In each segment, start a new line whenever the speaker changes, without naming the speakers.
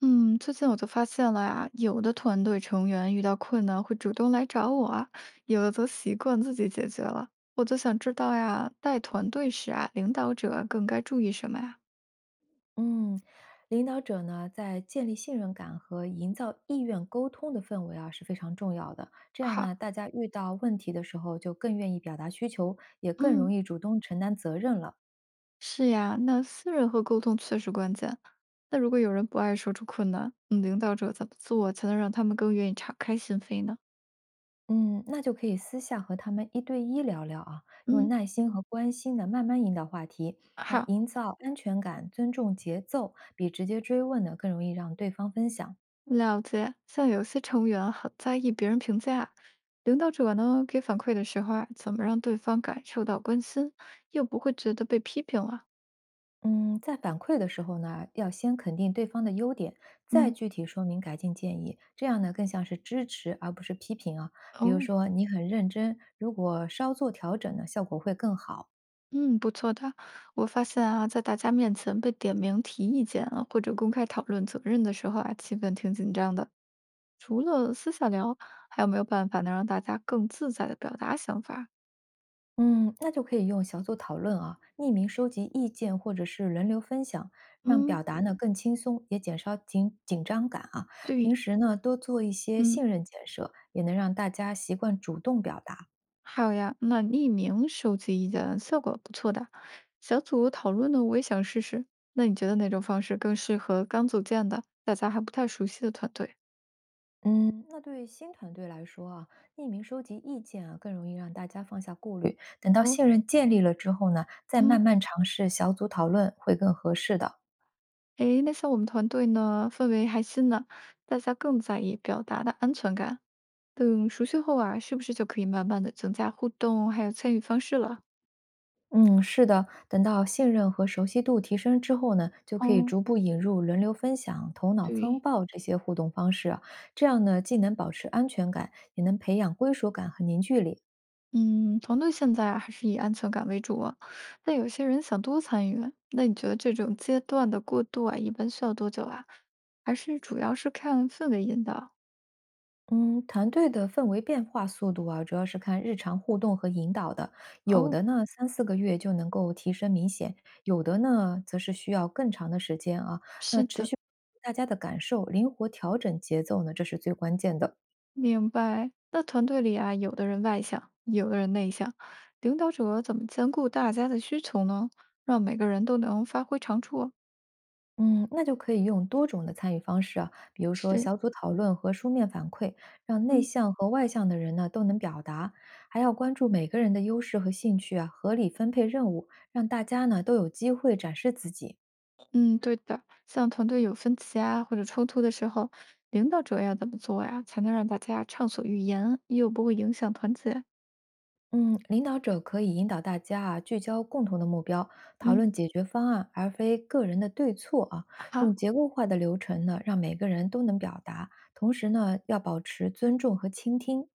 嗯，最近我就发现了呀，有的团队成员遇到困难会主动来找我啊，有的则习惯自己解决了。我就想知道呀，带团队时啊，领导者更该注意什么呀？
嗯，领导者呢，在建立信任感和营造意愿沟通的氛围啊，是非常重要的。这样呢，
好，
大家遇到问题的时候就更愿意表达需求，也更容
嗯，
易主动承担责任了。
是呀，那信任和沟通确实关键。那如果有人不爱说出困难，领导者怎么做才能让他们更愿意敞开心扉呢？
嗯，那就可以私下和他们一对一聊聊啊，用
嗯，
耐心和关心的慢慢引导话题。那
好。
营造安全感、尊重节奏，比直接追问呢更容易让对方分享。
了解，像有些成员很在意别人评价，领导者呢给反馈的时候啊，怎么让对方感受到关心，又不会觉得被批评了？
嗯，在反馈的时候呢，要先肯定对方的优点，再
嗯，
具体说明改进建议，这样呢更像是支持而不是批评啊。比如
哦，
说你很认真，如果稍作调整呢，效果会更好。
嗯，不错的。我发现啊，在大家面前被点名提意见啊或者公开讨论责任的时候啊，气氛挺紧张的。除了私下聊，还有没有办法能让大家更自在的表达想法？
嗯，那就可以用小组讨论啊，匿名收集意见或者是轮流分享，让
嗯，
表达呢更轻松，也减少紧张感啊。平
对，
时呢多做一些
嗯。
信任建设，也能让大家习惯主动表达。
好呀，那匿名收集意见效果不错的，小组讨论呢，我也想试试。那你觉得哪种方式更适合刚组建的、大家还不太熟悉的团队？
嗯，那对于新团队来说啊，匿名收集意见啊，更容易让大家放下顾虑。等到
哦，
信任建立了之后呢，再慢
嗯，
慢尝试小组讨论会更合适的。
诶，那像我们团队呢，氛围还新呢，大家更在意表达的安全感。等熟悉后啊，是不是就可以慢慢的增加互动还有参与方式了？
嗯，是的，等到信任和熟悉度提升之后呢，就可以
哦，
逐步引入轮流分享、头脑风
对，
暴这些互动方式啊，这样呢，既能保持安全感，也能培养归属感和凝聚力。
嗯，团队现在啊还是以安全感为主啊，但有些人想多参与，那你觉得这种阶段的过渡啊，一般需要多久啊？还是主要是看氛围引导？
嗯，团队的氛围变化速度啊，主要是看日常互动和引导的。有
哦，
的呢，三四个月就能够提升明显；有的呢，则是需要更长的时间啊。那
是
持
的，
续大家的感受，灵活调整节奏呢，这是最关键的。
明白。那团队里啊，有的人外向，有的人内向，领导者怎么兼顾大家的需求呢？让每个人都能发挥长处？
嗯，那就可以用多种的参与方式啊，比如说
是，
小组讨论和书面反馈，让内
嗯。
向和外向的人呢都能表达，还要关注每个人的优势和兴趣啊，合理分配任务，让大家呢都有机会展示自己。
嗯，对的，像团队有分歧啊或者冲突的时候，领导者要怎么做呀，才能让大家畅所欲言，又不会影响团结？
嗯，领导者可以引导大家啊，聚焦共同的目标，讨
嗯，
论解决方案，而非个人的对错啊。用
好，
结构化的流程呢，让每个人都能表达，同时呢，要保持尊重和倾听。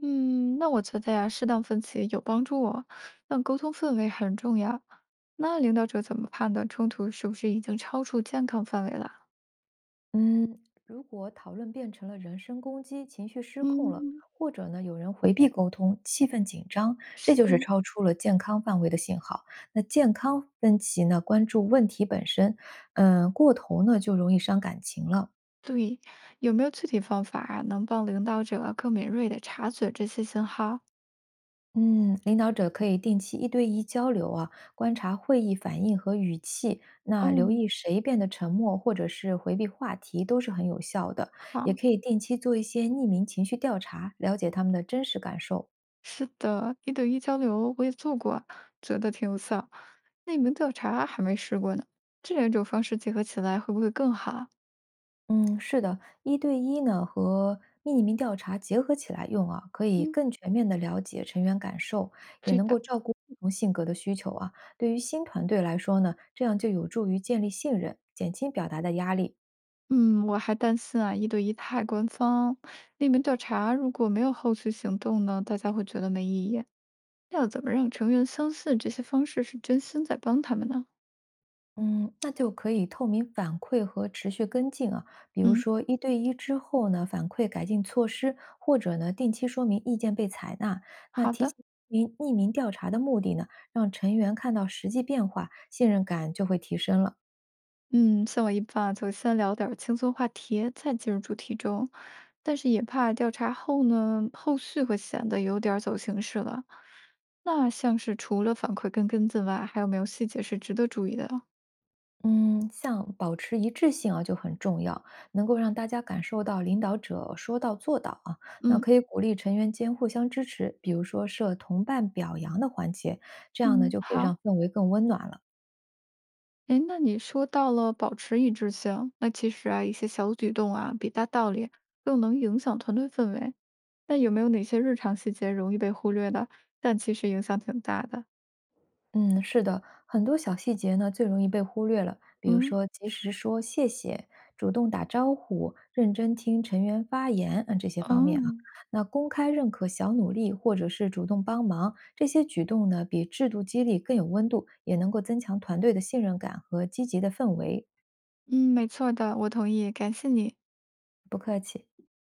嗯，那我觉得呀，适当分歧有帮助我，但沟通氛围很重要。那领导者怎么判断冲突是不是已经超出健康范围了？
嗯，如果讨论变成了人身攻击，情绪失控了，
嗯，
或者呢，有人回避沟通，气氛紧张，这就是
是
超出了健康范围的信号。那健康分歧呢，关注问题本身，过头呢，就容易伤感情了。
对，有没有具体方法啊，能帮领导者更敏锐地察觉这些信号？
嗯，领导者可以定期一对一交流啊，观察会议反应和语气，那留
嗯，
意谁变得沉默或者是回避话题都是很有效的。也
好。
可以定期做一些匿名情绪调查，了解他们的真实感受。
是的，一对一交流我也做过，觉得挺有效。内门调查还没试过呢，这两种方式结合起来会不会更好？
嗯，是的，一对一呢和匿名调查结合起来用啊，可以
嗯，
更全面的了解成员感受，也
对
能够
的，
照顾不同性格的需求啊。对于新团队来说呢，这样就有助于建立信任，减轻表达的压力。
嗯，我还担心啊，一对一太官方，内门调查如果没有后续行动呢，大家会觉得没意义。那要怎么让成员相信这些方式是真心在帮他们呢？
嗯，那就可以透明反馈和持续跟进啊，比如
嗯，
说一对一之后呢，反馈改进措施，或者呢定期说明意见被采纳。那
好
提
的。
起匿名调查的目的呢，让成员看到实际变化，信任感就会提升了。
嗯，像我一般啊就先聊点儿轻松话题，再进入主题中，但是也怕调查后呢，后续会显得有点儿走形式了。那像是除了反馈跟跟进外，还有没有细节是值得注意的啊
嗯，像保持一致性啊就很重要，能够让大家感受到领导者说到做到啊。那
嗯
可以鼓励成员间互相支持，比如说设同伴表扬的环节，这样呢
嗯，
就可以
好。
让氛围更温暖了。
诶，那你说到了保持一致性，那其实啊，一些小举动啊，比大道理更能影响团队氛围。那有没有哪些日常细节容易被忽略的，但其实影响挺大的？
嗯，是的，很多小细节呢最容易被忽略了，比如
嗯，
说及时说谢谢、主动打招呼、认真听成员发言，这些方面啊。
嗯。
那公开认可小努力或者是主动帮忙，这些举动呢比制度激励更有温度，也能够增强团队的信任感和积极的氛围。
嗯，没错的，我同意，感谢你。
不客气。